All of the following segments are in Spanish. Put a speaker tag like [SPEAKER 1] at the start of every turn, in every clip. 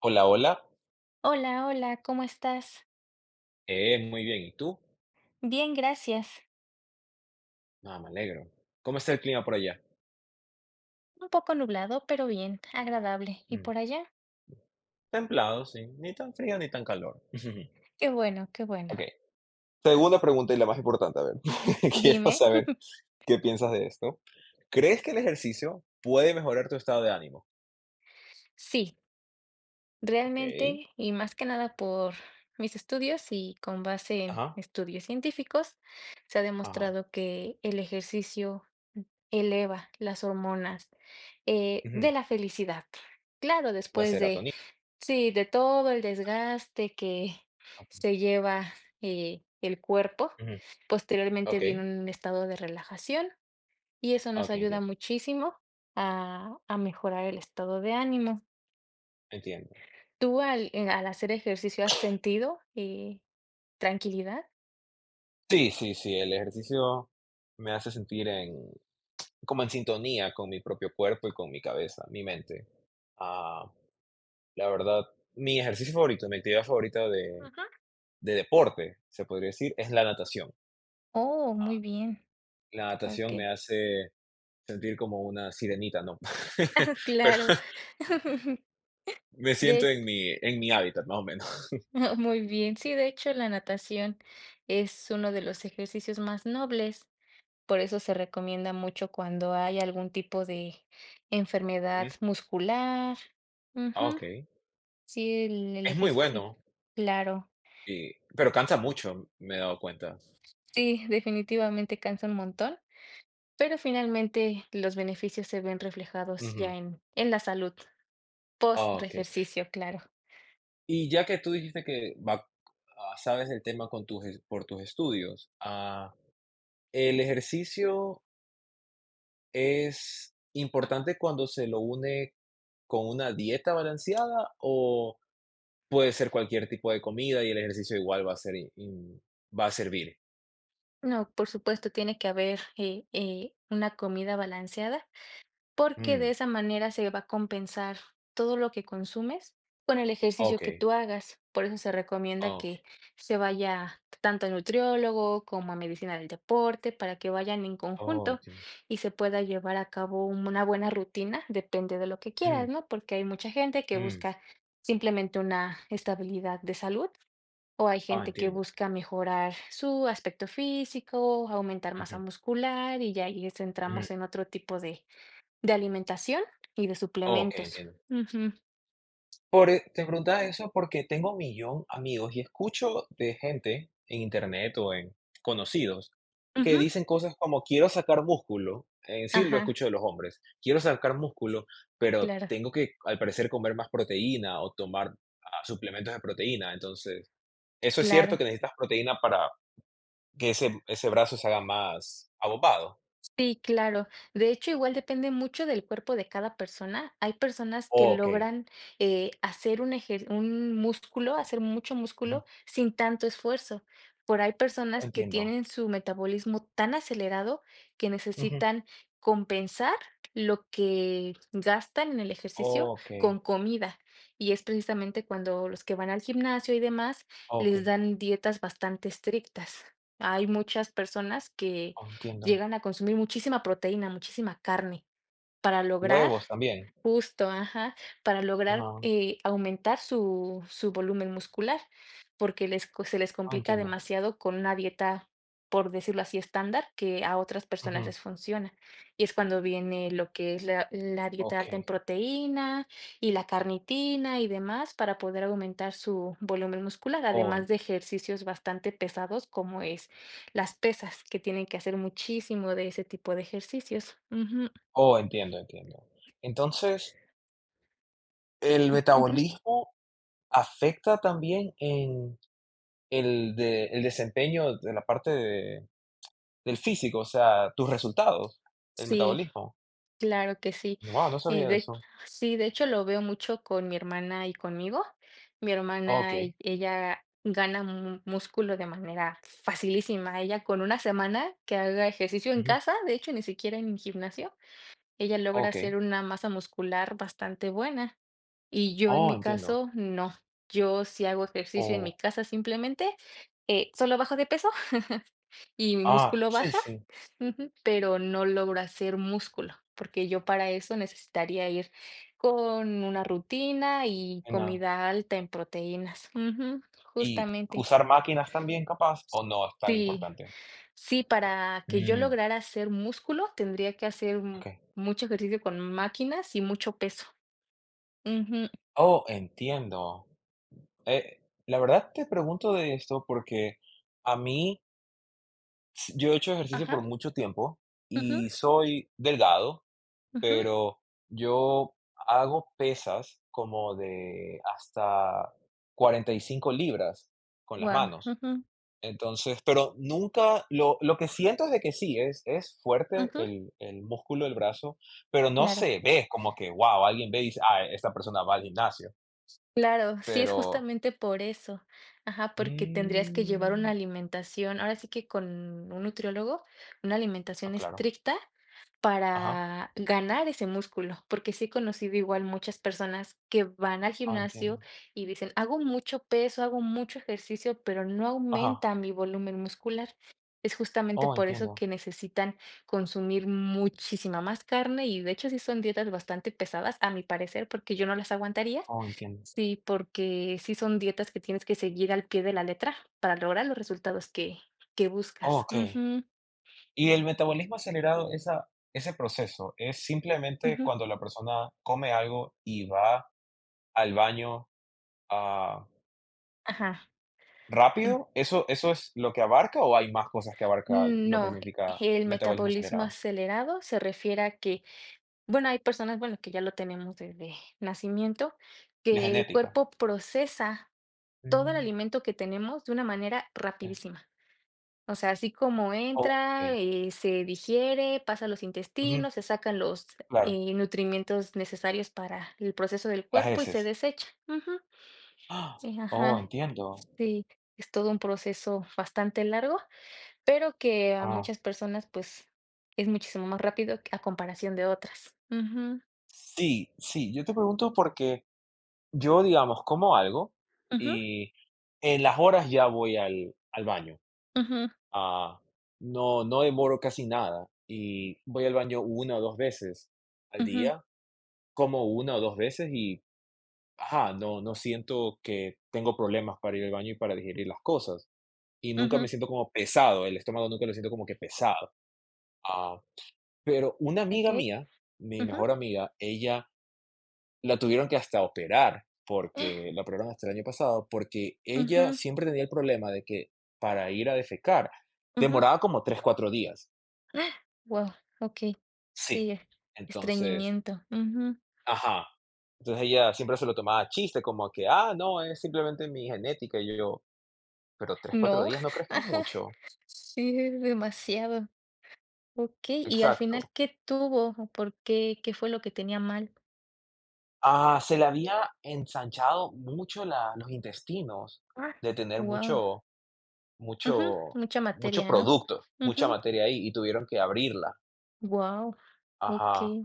[SPEAKER 1] Hola, hola.
[SPEAKER 2] Hola, hola, ¿cómo estás?
[SPEAKER 1] Muy bien. ¿Y tú?
[SPEAKER 2] Bien, gracias.
[SPEAKER 1] Ah, me alegro. ¿Cómo está el clima por allá?
[SPEAKER 2] Un poco nublado, pero bien, agradable. ¿Y
[SPEAKER 1] Mm,
[SPEAKER 2] por allá?
[SPEAKER 1] Templado, sí. Ni tan frío ni tan calor.
[SPEAKER 2] Qué bueno, qué bueno.
[SPEAKER 1] Ok. Segunda pregunta y la más importante, a ver. Quiero
[SPEAKER 2] Dime.
[SPEAKER 1] saber qué piensas de esto. ¿Crees que el ejercicio puede mejorar tu estado de ánimo?
[SPEAKER 2] Sí,
[SPEAKER 1] Ok.
[SPEAKER 2] realmente, y más que nada por mis estudios y con base en
[SPEAKER 1] Ajá.
[SPEAKER 2] estudios científicos, se ha
[SPEAKER 1] Ajá.
[SPEAKER 2] demostrado que el ejercicio eleva las hormonas
[SPEAKER 1] Ujú.
[SPEAKER 2] de la felicidad. Claro,
[SPEAKER 1] La
[SPEAKER 2] después de.
[SPEAKER 1] serotonina.
[SPEAKER 2] Sí, de todo el desgaste que
[SPEAKER 1] Ujú,
[SPEAKER 2] se lleva, el cuerpo.
[SPEAKER 1] ujú.
[SPEAKER 2] Posteriormente
[SPEAKER 1] Ok.
[SPEAKER 2] viene un estado de relajación, y eso nos
[SPEAKER 1] Ok,
[SPEAKER 2] ayuda
[SPEAKER 1] entiendo.
[SPEAKER 2] muchísimo a mejorar el estado de ánimo.
[SPEAKER 1] Entiendo.
[SPEAKER 2] ¿Tú al hacer ejercicio has sentido, tranquilidad?
[SPEAKER 1] Sí, sí, sí. El ejercicio me hace sentir en, como en sintonía con mi propio cuerpo y con mi cabeza, mi mente. Ah, la verdad, mi ejercicio favorito, mi actividad favorita de,
[SPEAKER 2] Ujú.
[SPEAKER 1] de deporte, se podría decir, es la natación.
[SPEAKER 2] Oh, muy bien,
[SPEAKER 1] La natación me
[SPEAKER 2] okey.
[SPEAKER 1] hace sentir como una sirenita, ¿no? Pero
[SPEAKER 2] Claro.
[SPEAKER 1] me siento
[SPEAKER 2] De
[SPEAKER 1] en mi hábitat, más o menos.
[SPEAKER 2] muy bien. Sí, de hecho, la natación es uno de los ejercicios más nobles. Por eso se recomienda mucho cuando hay algún tipo de enfermedad
[SPEAKER 1] Ujú.
[SPEAKER 2] muscular.
[SPEAKER 1] Ah,
[SPEAKER 2] Ujú.
[SPEAKER 1] ok.
[SPEAKER 2] Sí, el
[SPEAKER 1] Es muy
[SPEAKER 2] ejercicio.
[SPEAKER 1] bueno,
[SPEAKER 2] Claro.
[SPEAKER 1] y, pero cansa mucho, me he dado cuenta.
[SPEAKER 2] Sí, definitivamente cansa un montón, pero finalmente los beneficios se ven reflejados
[SPEAKER 1] Ujú.
[SPEAKER 2] ya en la salud
[SPEAKER 1] Ah, ok.
[SPEAKER 2] post-ejercicio, claro.
[SPEAKER 1] ¿Y ya que tú dijiste que sabes el tema con tus, por tus estudios, el ejercicio es importante cuando se lo une con una dieta balanceada o puede ser cualquier tipo de comida y el ejercicio igual va a servir?
[SPEAKER 2] No, por supuesto, tiene que haber, una comida balanceada, porque de
[SPEAKER 1] Mm,
[SPEAKER 2] esa manera se va a compensar todo lo que consumes con el ejercicio que
[SPEAKER 1] Okey,
[SPEAKER 2] tú hagas. Por eso se recomienda que
[SPEAKER 1] okey,
[SPEAKER 2] se vaya tanto a nutriólogo como a medicina del deporte para que vayan en
[SPEAKER 1] oh,
[SPEAKER 2] conjunto
[SPEAKER 1] entiendo.
[SPEAKER 2] y se pueda llevar a cabo una buena rutina, depende de lo que quieras,
[SPEAKER 1] Mm,
[SPEAKER 2] ¿no? Porque hay mucha gente que
[SPEAKER 1] mm,
[SPEAKER 2] busca simplemente una estabilidad de salud, o hay
[SPEAKER 1] ah,
[SPEAKER 2] gente que
[SPEAKER 1] entiendo.
[SPEAKER 2] busca mejorar su aspecto físico, aumentar masa
[SPEAKER 1] Ujú,
[SPEAKER 2] muscular y ya ahí
[SPEAKER 1] ujú.
[SPEAKER 2] entramos en otro tipo de alimentación y de
[SPEAKER 1] Okey,
[SPEAKER 2] suplementos.
[SPEAKER 1] entiendo.
[SPEAKER 2] Ujú,
[SPEAKER 1] Por e Te preguntaba eso porque tengo 1.000.000 amigos y escucho de gente en internet o en conocidos que
[SPEAKER 2] ujú,
[SPEAKER 1] dicen cosas como: "Quiero sacar músculo", en sí lo
[SPEAKER 2] ajá,
[SPEAKER 1] escucho de los hombres, "Quiero sacar músculo, pero
[SPEAKER 2] claro,
[SPEAKER 1] tengo que, al parecer, comer más proteína o tomar, suplementos de proteína". Entonces, ¿eso es cierto
[SPEAKER 2] claro.
[SPEAKER 1] que necesitas proteína para que ese brazo se haga más abombado?
[SPEAKER 2] Sí, claro. De hecho, igual depende mucho del cuerpo de cada persona. Hay personas que
[SPEAKER 1] Okey,
[SPEAKER 2] logran, hacer un músculo, hacer mucho
[SPEAKER 1] ujú,
[SPEAKER 2] músculo sin tanto esfuerzo. Por hay personas que
[SPEAKER 1] entiendo,
[SPEAKER 2] tienen su metabolismo tan acelerado que
[SPEAKER 1] ujú,
[SPEAKER 2] necesitan compensar lo que gastan en el ejercicio
[SPEAKER 1] okey,
[SPEAKER 2] con comida. Y es precisamente cuando los que van al gimnasio y demás les
[SPEAKER 1] okey,
[SPEAKER 2] dan dietas bastante estrictas. Hay muchas personas que
[SPEAKER 1] entiendo.
[SPEAKER 2] llegan a consumir muchísima proteína, muchísima carne. Para lograr,
[SPEAKER 1] ¿Huevos también?
[SPEAKER 2] justo, ajá, para lograr,
[SPEAKER 1] Ajá.
[SPEAKER 2] aumentar su volumen muscular, porque les co se les
[SPEAKER 1] Ah,
[SPEAKER 2] complica
[SPEAKER 1] entiendo.
[SPEAKER 2] demasiado con una dieta, por decirlo así, estándar, que a otras personas
[SPEAKER 1] Ujú.
[SPEAKER 2] les funciona. Y es cuando viene lo que es la dieta alta
[SPEAKER 1] Okey.
[SPEAKER 2] en proteína y la carnitina y demás, para poder aumentar su volumen muscular,
[SPEAKER 1] Oh, en
[SPEAKER 2] además de ejercicios bastante pesados, como es las pesas, que tienen que hacer muchísimo de ese tipo de ejercicios. Ujú,
[SPEAKER 1] oh, entiendo, entiendo. Entonces, ¿el
[SPEAKER 2] ujú.
[SPEAKER 1] metabolismo afecta también en el de el desempeño de la parte de del físico? O sea, tus resultados, el
[SPEAKER 2] Sí,
[SPEAKER 1] metabolismo.
[SPEAKER 2] claro que sí.
[SPEAKER 1] Wow, no sabía de
[SPEAKER 2] De
[SPEAKER 1] eso.
[SPEAKER 2] sí, de hecho, lo veo mucho con mi hermana y conmigo. Mi hermana,
[SPEAKER 1] Okey.
[SPEAKER 2] ella gana mu músculo de manera facilísima. Ella con una semana que haga ejercicio en
[SPEAKER 1] Ujú.
[SPEAKER 2] casa, de hecho, ni siquiera en gimnasio, ella logra hacer
[SPEAKER 1] Okey.
[SPEAKER 2] una masa muscular bastante buena. Y yo, en
[SPEAKER 1] Oh,
[SPEAKER 2] mi
[SPEAKER 1] entiendo.
[SPEAKER 2] caso, no. Yo si hago ejercicio en mi
[SPEAKER 1] Oh.
[SPEAKER 2] casa simplemente, solo bajo de peso y mi
[SPEAKER 1] Ah,
[SPEAKER 2] músculo
[SPEAKER 1] sí,
[SPEAKER 2] baja.
[SPEAKER 1] sí.
[SPEAKER 2] Ujú, pero no logro hacer músculo, porque yo para eso necesitaría ir con una rutina y
[SPEAKER 1] Genial.
[SPEAKER 2] comida alta en proteínas. Ujú,
[SPEAKER 1] ¿Y
[SPEAKER 2] justamente.
[SPEAKER 1] usar máquinas también capaz o no es tan
[SPEAKER 2] Sí,
[SPEAKER 1] importante?
[SPEAKER 2] sí, para que yo
[SPEAKER 1] Mm,
[SPEAKER 2] lograra hacer músculo tendría que hacer
[SPEAKER 1] Okey.
[SPEAKER 2] mucho ejercicio con máquinas y mucho peso. Ujú,
[SPEAKER 1] Oh, entiendo. Eh, la verdad te pregunto de esto porque a mí, yo he hecho ejercicio
[SPEAKER 2] ajá,
[SPEAKER 1] por mucho tiempo
[SPEAKER 2] ujú,
[SPEAKER 1] y soy delgado,
[SPEAKER 2] ujú,
[SPEAKER 1] pero yo hago pesas como de hasta 45 libras con las
[SPEAKER 2] guau,
[SPEAKER 1] manos.
[SPEAKER 2] ujú,
[SPEAKER 1] Entonces, pero nunca, lo que siento es de que sí, es fuerte
[SPEAKER 2] ujú,
[SPEAKER 1] el músculo del brazo, pero no
[SPEAKER 2] claro.
[SPEAKER 1] se ve como que, wow, alguien ve y dice, ah, esta persona va al gimnasio,
[SPEAKER 2] Claro, sí, es
[SPEAKER 1] pero...
[SPEAKER 2] justamente por eso. Ajá, porque tendrías que llevar una
[SPEAKER 1] mm,
[SPEAKER 2] alimentación, ahora sí que con un nutriólogo, una
[SPEAKER 1] Ah,
[SPEAKER 2] alimentación
[SPEAKER 1] claro.
[SPEAKER 2] estricta
[SPEAKER 1] Ajá.
[SPEAKER 2] para ganar ese músculo, porque sí he conocido igual muchas personas que van al
[SPEAKER 1] Ah,
[SPEAKER 2] gimnasio
[SPEAKER 1] entiendo.
[SPEAKER 2] y dicen: "Hago mucho peso, hago mucho ejercicio, pero no
[SPEAKER 1] Ajá.
[SPEAKER 2] aumenta mi volumen muscular". Es justamente
[SPEAKER 1] Oh,
[SPEAKER 2] por eso
[SPEAKER 1] entiendo.
[SPEAKER 2] que necesitan consumir muchísima más carne y, de hecho, sí son dietas bastante pesadas, a mi parecer, porque yo no las aguantaría.
[SPEAKER 1] Oh, entiendo.
[SPEAKER 2] Sí, porque sí son dietas que tienes que seguir al pie de la letra para lograr los resultados que buscas.
[SPEAKER 1] Okey.
[SPEAKER 2] Ujú,
[SPEAKER 1] Y el metabolismo acelerado, esa ese proceso, ¿es simplemente
[SPEAKER 2] ujú.
[SPEAKER 1] cuando la persona come algo y va al baño, ah,
[SPEAKER 2] Ajá.
[SPEAKER 1] rápido? ¿Eso es lo que abarca o hay más cosas que abarca
[SPEAKER 2] Mm,
[SPEAKER 1] lo que
[SPEAKER 2] no,
[SPEAKER 1] significa
[SPEAKER 2] el
[SPEAKER 1] metabolismo
[SPEAKER 2] metabolismo
[SPEAKER 1] acelerado?
[SPEAKER 2] acelerado se refiere a que, bueno, hay personas, bueno, que ya lo tenemos desde nacimiento,
[SPEAKER 1] De
[SPEAKER 2] que el
[SPEAKER 1] genética.
[SPEAKER 2] cuerpo procesa todo el
[SPEAKER 1] Mm,
[SPEAKER 2] alimento que tenemos de una manera
[SPEAKER 1] eh,
[SPEAKER 2] rapidísima. O sea, así como entra,
[SPEAKER 1] Okey.
[SPEAKER 2] se digiere, pasa a los
[SPEAKER 1] Ujú,
[SPEAKER 2] intestinos, se sacan los,
[SPEAKER 1] claro,
[SPEAKER 2] nutrimientos necesarios para el proceso del
[SPEAKER 1] las
[SPEAKER 2] cuerpo y se
[SPEAKER 1] heces.
[SPEAKER 2] desecha. Ujú.
[SPEAKER 1] ¡Ah! Oh,
[SPEAKER 2] Ajá,
[SPEAKER 1] entiendo.
[SPEAKER 2] sí, es todo un proceso bastante largo, pero que a
[SPEAKER 1] Ah,
[SPEAKER 2] muchas personas, pues, es muchísimo más rápido a comparación de otras. Ujú,
[SPEAKER 1] sí, sí, yo te pregunto porque yo, digamos, como algo
[SPEAKER 2] ujú,
[SPEAKER 1] y en las horas ya voy al baño,
[SPEAKER 2] ujú,
[SPEAKER 1] ah, no demoro casi nada y voy al baño una o 2 veces al
[SPEAKER 2] ujú,
[SPEAKER 1] día, como una o 2 veces y, ajá, no siento que tengo problemas para ir al baño y para digerir las cosas, y nunca
[SPEAKER 2] ujú,
[SPEAKER 1] me siento como pesado, el estómago nunca lo siento como que pesado, ah, pero una amiga
[SPEAKER 2] okey.
[SPEAKER 1] mía, mi
[SPEAKER 2] Ujú,
[SPEAKER 1] mejor amiga, ella la tuvieron que hasta operar, porque la operaron hasta el año pasado, porque ella
[SPEAKER 2] ujú,
[SPEAKER 1] siempre tenía el problema de que para ir a defecar
[SPEAKER 2] ujú.
[SPEAKER 1] demoraba como 3 4 días.
[SPEAKER 2] Wow, okey. Sí,
[SPEAKER 1] Sí. Entonces,
[SPEAKER 2] estreñimiento. Ujú.
[SPEAKER 1] ajá. Entonces ella siempre se lo tomaba a chiste, como que, no, es simplemente mi genética. Y yo, pero 3 4
[SPEAKER 2] No.
[SPEAKER 1] días, ¿no crees que es
[SPEAKER 2] Ajá,
[SPEAKER 1] mucho?
[SPEAKER 2] sí, es demasiado. Okey, y al final,
[SPEAKER 1] Exacto.
[SPEAKER 2] ¿qué tuvo o por qué? ¿Qué fue lo que tenía mal?
[SPEAKER 1] Ah, se le había ensanchado mucho los intestinos de tener
[SPEAKER 2] Wow.
[SPEAKER 1] mucho,
[SPEAKER 2] Ujú.
[SPEAKER 1] mucho,
[SPEAKER 2] Mucha
[SPEAKER 1] mucho
[SPEAKER 2] materia, ¿no?
[SPEAKER 1] producto, mucha
[SPEAKER 2] Ujú.
[SPEAKER 1] materia ahí, y tuvieron que abrirla.
[SPEAKER 2] Guau, okey.
[SPEAKER 1] Ajá,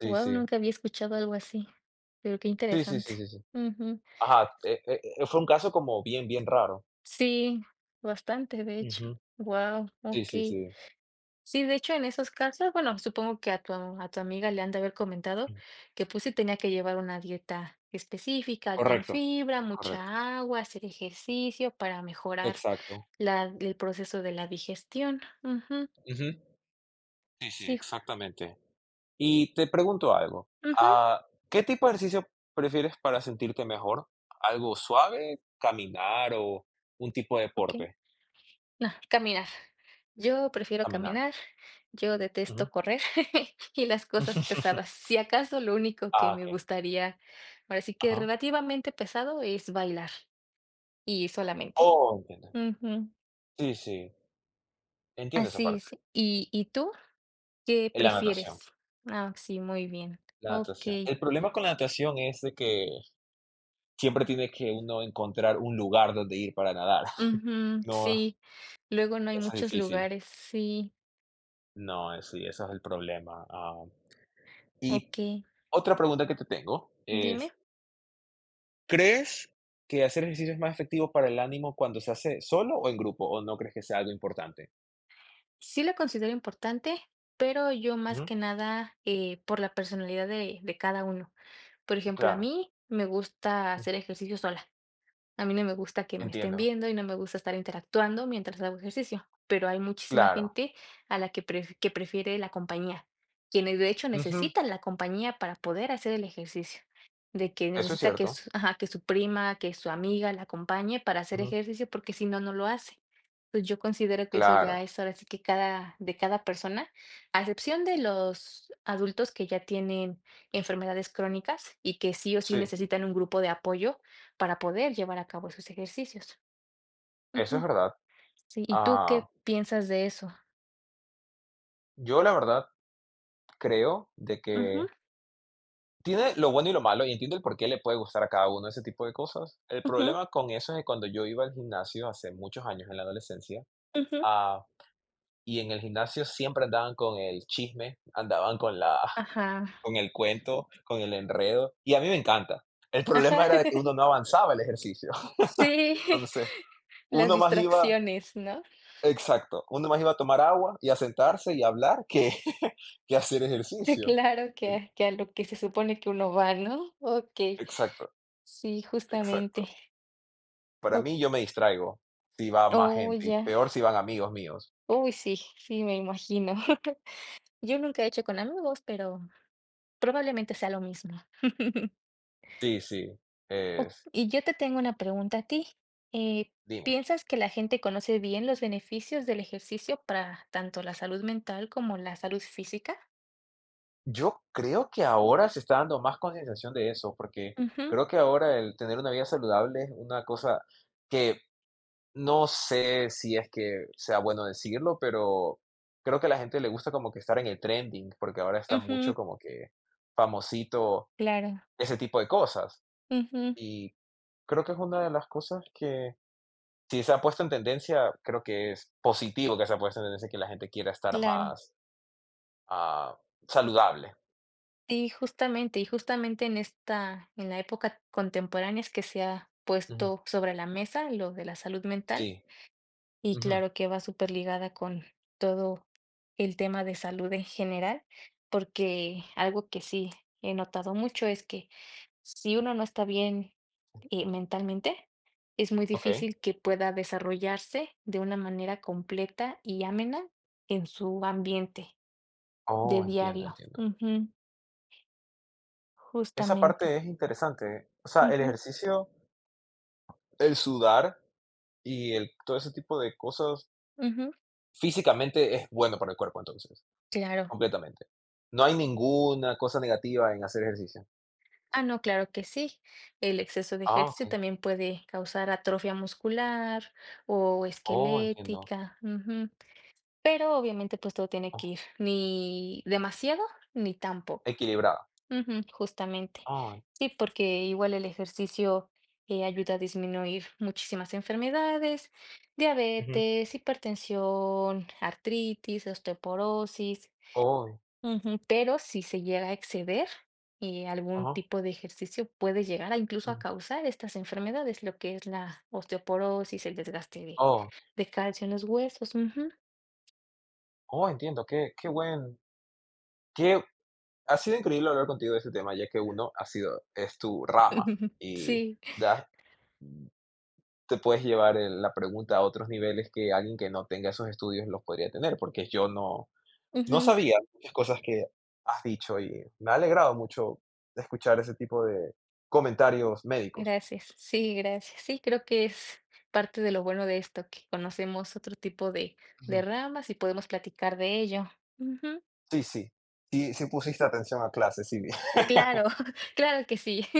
[SPEAKER 1] sí,
[SPEAKER 2] Wow,
[SPEAKER 1] sí.
[SPEAKER 2] nunca había escuchado algo así, pero qué
[SPEAKER 1] Sí, sí,
[SPEAKER 2] interesante.
[SPEAKER 1] sí, sí, sí.
[SPEAKER 2] Ujú.
[SPEAKER 1] Ajá, fue un caso como bien, bien raro.
[SPEAKER 2] Sí, bastante, de hecho.
[SPEAKER 1] Ujú.
[SPEAKER 2] Wow,
[SPEAKER 1] Sí, sí,
[SPEAKER 2] okey.
[SPEAKER 1] sí.
[SPEAKER 2] Sí, de hecho, en esos casos, bueno, supongo que a tu amiga le han de haber comentado
[SPEAKER 1] Mm.
[SPEAKER 2] que, pues, sí tenía que llevar una dieta específica, alta en
[SPEAKER 1] Correcto,
[SPEAKER 2] fibra,
[SPEAKER 1] correcto.
[SPEAKER 2] mucha agua, hacer ejercicio para mejorar
[SPEAKER 1] Exacto.
[SPEAKER 2] la el proceso de la digestión. Ujú.
[SPEAKER 1] Ujú. Sí, sí,
[SPEAKER 2] Sí.
[SPEAKER 1] exactamente. Y te pregunto algo,
[SPEAKER 2] Ujú.
[SPEAKER 1] ah, ¿qué tipo de ejercicio prefieres para sentirte mejor? ¿Algo suave, caminar o un tipo de
[SPEAKER 2] Okey.
[SPEAKER 1] deporte?
[SPEAKER 2] No, caminar. Yo prefiero
[SPEAKER 1] Caminar.
[SPEAKER 2] caminar, yo detesto
[SPEAKER 1] Ujú.
[SPEAKER 2] correr y las cosas pesadas. Si acaso lo único que
[SPEAKER 1] Ah,
[SPEAKER 2] me
[SPEAKER 1] okey.
[SPEAKER 2] gustaría, ahora sí que
[SPEAKER 1] Ajá.
[SPEAKER 2] relativamente pesado, es bailar y solamente.
[SPEAKER 1] Oh, entiendo.
[SPEAKER 2] Ujú,
[SPEAKER 1] Sí, sí, entiendo esa
[SPEAKER 2] así
[SPEAKER 1] parte,
[SPEAKER 2] es. ¿Y tú qué
[SPEAKER 1] en la natación.
[SPEAKER 2] prefieres? Ah, sí, muy bien.
[SPEAKER 1] La
[SPEAKER 2] Ok.
[SPEAKER 1] natación. El problema con la natación es de que siempre tiene que uno encontrar un lugar donde ir para nadar.
[SPEAKER 2] Ujú,
[SPEAKER 1] No,
[SPEAKER 2] sí. Luego no hay
[SPEAKER 1] eso es
[SPEAKER 2] muchos
[SPEAKER 1] difícil.
[SPEAKER 2] lugares. Sí.
[SPEAKER 1] No, sí, eso es el problema. Ah, y
[SPEAKER 2] Ok.
[SPEAKER 1] otra pregunta que te tengo
[SPEAKER 2] Dime.
[SPEAKER 1] es, ¿crees que hacer ejercicio es más efectivo para el ánimo cuando se hace solo o en grupo? ¿O no crees que sea algo importante?
[SPEAKER 2] Sí la considero importante, pero yo más
[SPEAKER 1] Ujú,
[SPEAKER 2] que nada, por la personalidad de cada uno. Por ejemplo, a
[SPEAKER 1] claro,
[SPEAKER 2] mí me gusta
[SPEAKER 1] ujú,
[SPEAKER 2] hacer ejercicio sola. A mí no me gusta que me estén
[SPEAKER 1] entiendo.
[SPEAKER 2] viendo y no me gusta estar interactuando mientras hago ejercicio, pero hay muchísima
[SPEAKER 1] Claro.
[SPEAKER 2] gente a la que que prefiere la compañía, quienes de hecho
[SPEAKER 1] Ujú,
[SPEAKER 2] necesitan la compañía para poder hacer el ejercicio, de que
[SPEAKER 1] eso es
[SPEAKER 2] necesita que
[SPEAKER 1] cierto.
[SPEAKER 2] su, ajá, que su prima, que su amiga la acompañe para hacer
[SPEAKER 1] Ujú,
[SPEAKER 2] ejercicio porque si no, no lo hace. Pues yo considero que eso
[SPEAKER 1] claro,
[SPEAKER 2] ya es ahora sí que de cada persona, a excepción de los adultos que ya tienen enfermedades crónicas y que sí o sí
[SPEAKER 1] sí,
[SPEAKER 2] necesitan un grupo de apoyo para poder llevar a cabo esos ejercicios.
[SPEAKER 1] eso es
[SPEAKER 2] Ujú.
[SPEAKER 1] verdad.
[SPEAKER 2] Sí, ¿y tú
[SPEAKER 1] Ah,
[SPEAKER 2] qué piensas de eso?
[SPEAKER 1] yo la verdad creo de
[SPEAKER 2] Ujú,
[SPEAKER 1] que tiene lo bueno y lo malo, y entiendo el por qué le puede gustar a cada uno ese tipo de cosas. El
[SPEAKER 2] ujú,
[SPEAKER 1] problema con eso es que cuando yo iba al gimnasio hace muchos años en la adolescencia,
[SPEAKER 2] ujú.
[SPEAKER 1] ah, y en el gimnasio siempre andaban con el chisme, andaban con la
[SPEAKER 2] Ajá,
[SPEAKER 1] con el cuento, con el enredo, y a mí me encanta. El
[SPEAKER 2] ajá.
[SPEAKER 1] problema era de que uno no avanzaba el ejercicio.
[SPEAKER 2] Sí,
[SPEAKER 1] Entonces,
[SPEAKER 2] las
[SPEAKER 1] uno más iba
[SPEAKER 2] distracciones, ¿no?
[SPEAKER 1] exacto, uno más iba a tomar agua y a sentarse y a hablar que que hacer ejercicio.
[SPEAKER 2] Claro que, a lo que se supone que uno va, ¿no? Okey,
[SPEAKER 1] Exacto,
[SPEAKER 2] sí,
[SPEAKER 1] exacto.
[SPEAKER 2] justamente.
[SPEAKER 1] Para
[SPEAKER 2] O
[SPEAKER 1] mí, yo me distraigo si va más
[SPEAKER 2] oh,
[SPEAKER 1] gente, y
[SPEAKER 2] ya.
[SPEAKER 1] peor si van amigos míos.
[SPEAKER 2] Uy, sí, sí, me imagino. Yo nunca he hecho con amigos, pero probablemente sea lo mismo.
[SPEAKER 1] Sí, sí,
[SPEAKER 2] Oh,
[SPEAKER 1] es
[SPEAKER 2] y yo te tengo una pregunta a ti. Eh,
[SPEAKER 1] dime.
[SPEAKER 2] ¿Piensas que la gente conoce bien los beneficios del ejercicio para tanto la salud mental como la salud física?
[SPEAKER 1] Yo creo que ahora se está dando más concienciación de eso, porque
[SPEAKER 2] Ujú,
[SPEAKER 1] creo que ahora el tener una vida saludable es una cosa que no sé si es que sea bueno decirlo, pero creo que a la gente le gusta como que estar en el trending, porque ahora está
[SPEAKER 2] ujú,
[SPEAKER 1] mucho como que famosito
[SPEAKER 2] claro,
[SPEAKER 1] ese tipo de cosas.
[SPEAKER 2] ujú,
[SPEAKER 1] Y creo que es una de las cosas que si se ha puesto en tendencia, creo que es positivo que se ha puesto en tendencia que la gente quiera estar
[SPEAKER 2] claro.
[SPEAKER 1] más ah, saludable.
[SPEAKER 2] Y justamente en esta, en la época contemporánea es que se ha
[SPEAKER 1] Ujú,
[SPEAKER 2] puesto sobre la mesa lo de la salud mental.
[SPEAKER 1] sí.
[SPEAKER 2] Y
[SPEAKER 1] Ujú,
[SPEAKER 2] claro que va súper ligada con todo el tema de salud en general, porque algo que sí he notado mucho es que si uno no está bien, mentalmente, es muy
[SPEAKER 1] ok.
[SPEAKER 2] difícil que pueda desarrollarse de una manera completa y amena en su ambiente de
[SPEAKER 1] Oh, entiendo,
[SPEAKER 2] diario.
[SPEAKER 1] entiendo.
[SPEAKER 2] Ujú,
[SPEAKER 1] Esa
[SPEAKER 2] justamente.
[SPEAKER 1] parte es interesante. O sea, el
[SPEAKER 2] Ujú,
[SPEAKER 1] ejercicio, el sudar y todo ese tipo de cosas
[SPEAKER 2] ujú,
[SPEAKER 1] físicamente es bueno para el cuerpo, entonces,
[SPEAKER 2] claro.
[SPEAKER 1] completamente. No hay ninguna cosa negativa en hacer ejercicio.
[SPEAKER 2] Ah, no, claro que sí. El exceso de
[SPEAKER 1] Ah,
[SPEAKER 2] ejercicio
[SPEAKER 1] ok.
[SPEAKER 2] también puede causar atrofia muscular o
[SPEAKER 1] Oh, entiendo.
[SPEAKER 2] esquelética. Ujú. Pero obviamente pues todo tiene
[SPEAKER 1] Oh,
[SPEAKER 2] que ir ni demasiado ni tampoco.
[SPEAKER 1] equilibrada.
[SPEAKER 2] Ujú, justamente.
[SPEAKER 1] Ah,
[SPEAKER 2] Sí, porque igual el ejercicio, ayuda a disminuir muchísimas enfermedades,
[SPEAKER 1] ujú.
[SPEAKER 2] diabetes, hipertensión, artritis, osteoporosis.
[SPEAKER 1] Oh,
[SPEAKER 2] Ujú, pero si se llega a exceder, algún
[SPEAKER 1] ajá.
[SPEAKER 2] tipo de ejercicio puede llegar a incluso a
[SPEAKER 1] Mm.
[SPEAKER 2] causar estas enfermedades, lo que es la osteoporosis, el desgaste de,
[SPEAKER 1] Oh,
[SPEAKER 2] de calcio en los huesos. Ujú.
[SPEAKER 1] Oh, entiendo, qué ha sido increíble hablar contigo de este tema, ya que uno ha sido es tu rama y
[SPEAKER 2] Sí,
[SPEAKER 1] das te puedes llevar el la pregunta a otros niveles que alguien que no tenga esos estudios los podría tener, porque yo no
[SPEAKER 2] ujú.
[SPEAKER 1] sabía muchas cosas que has dicho y me ha alegrado mucho escuchar ese tipo de comentarios médicos.
[SPEAKER 2] Gracias. Sí, gracias. Sí, creo que es parte de lo bueno de esto, que conocemos otro tipo de,
[SPEAKER 1] Ujú.
[SPEAKER 2] de ramas y podemos platicar de ello. Ujú.
[SPEAKER 1] Sí, sí, sí, sí pusiste atención a clases, sí, vi.
[SPEAKER 2] Claro, claro que sí.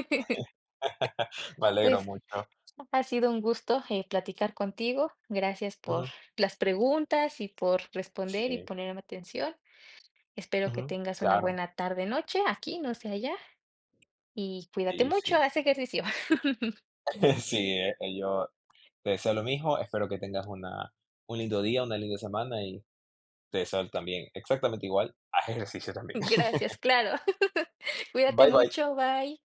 [SPEAKER 1] Me alegro
[SPEAKER 2] Pues
[SPEAKER 1] mucho.
[SPEAKER 2] ha sido un gusto, platicar contigo. Gracias por
[SPEAKER 1] Ujú.
[SPEAKER 2] las preguntas y por responder y
[SPEAKER 1] Sí,
[SPEAKER 2] ponerme atención. Espero que
[SPEAKER 1] ujú,
[SPEAKER 2] tengas una
[SPEAKER 1] claro,
[SPEAKER 2] buena tarde, noche, aquí, no sé allá, y cuídate
[SPEAKER 1] sí,
[SPEAKER 2] mucho,
[SPEAKER 1] sí.
[SPEAKER 2] haz ejercicio.
[SPEAKER 1] Sí, yo te deseo lo mismo, espero que tengas un lindo día, una linda semana y te deseo también exactamente igual, haz ejercicio también.
[SPEAKER 2] Gracias, claro. Cuídate
[SPEAKER 1] Bye bye.
[SPEAKER 2] mucho, bye.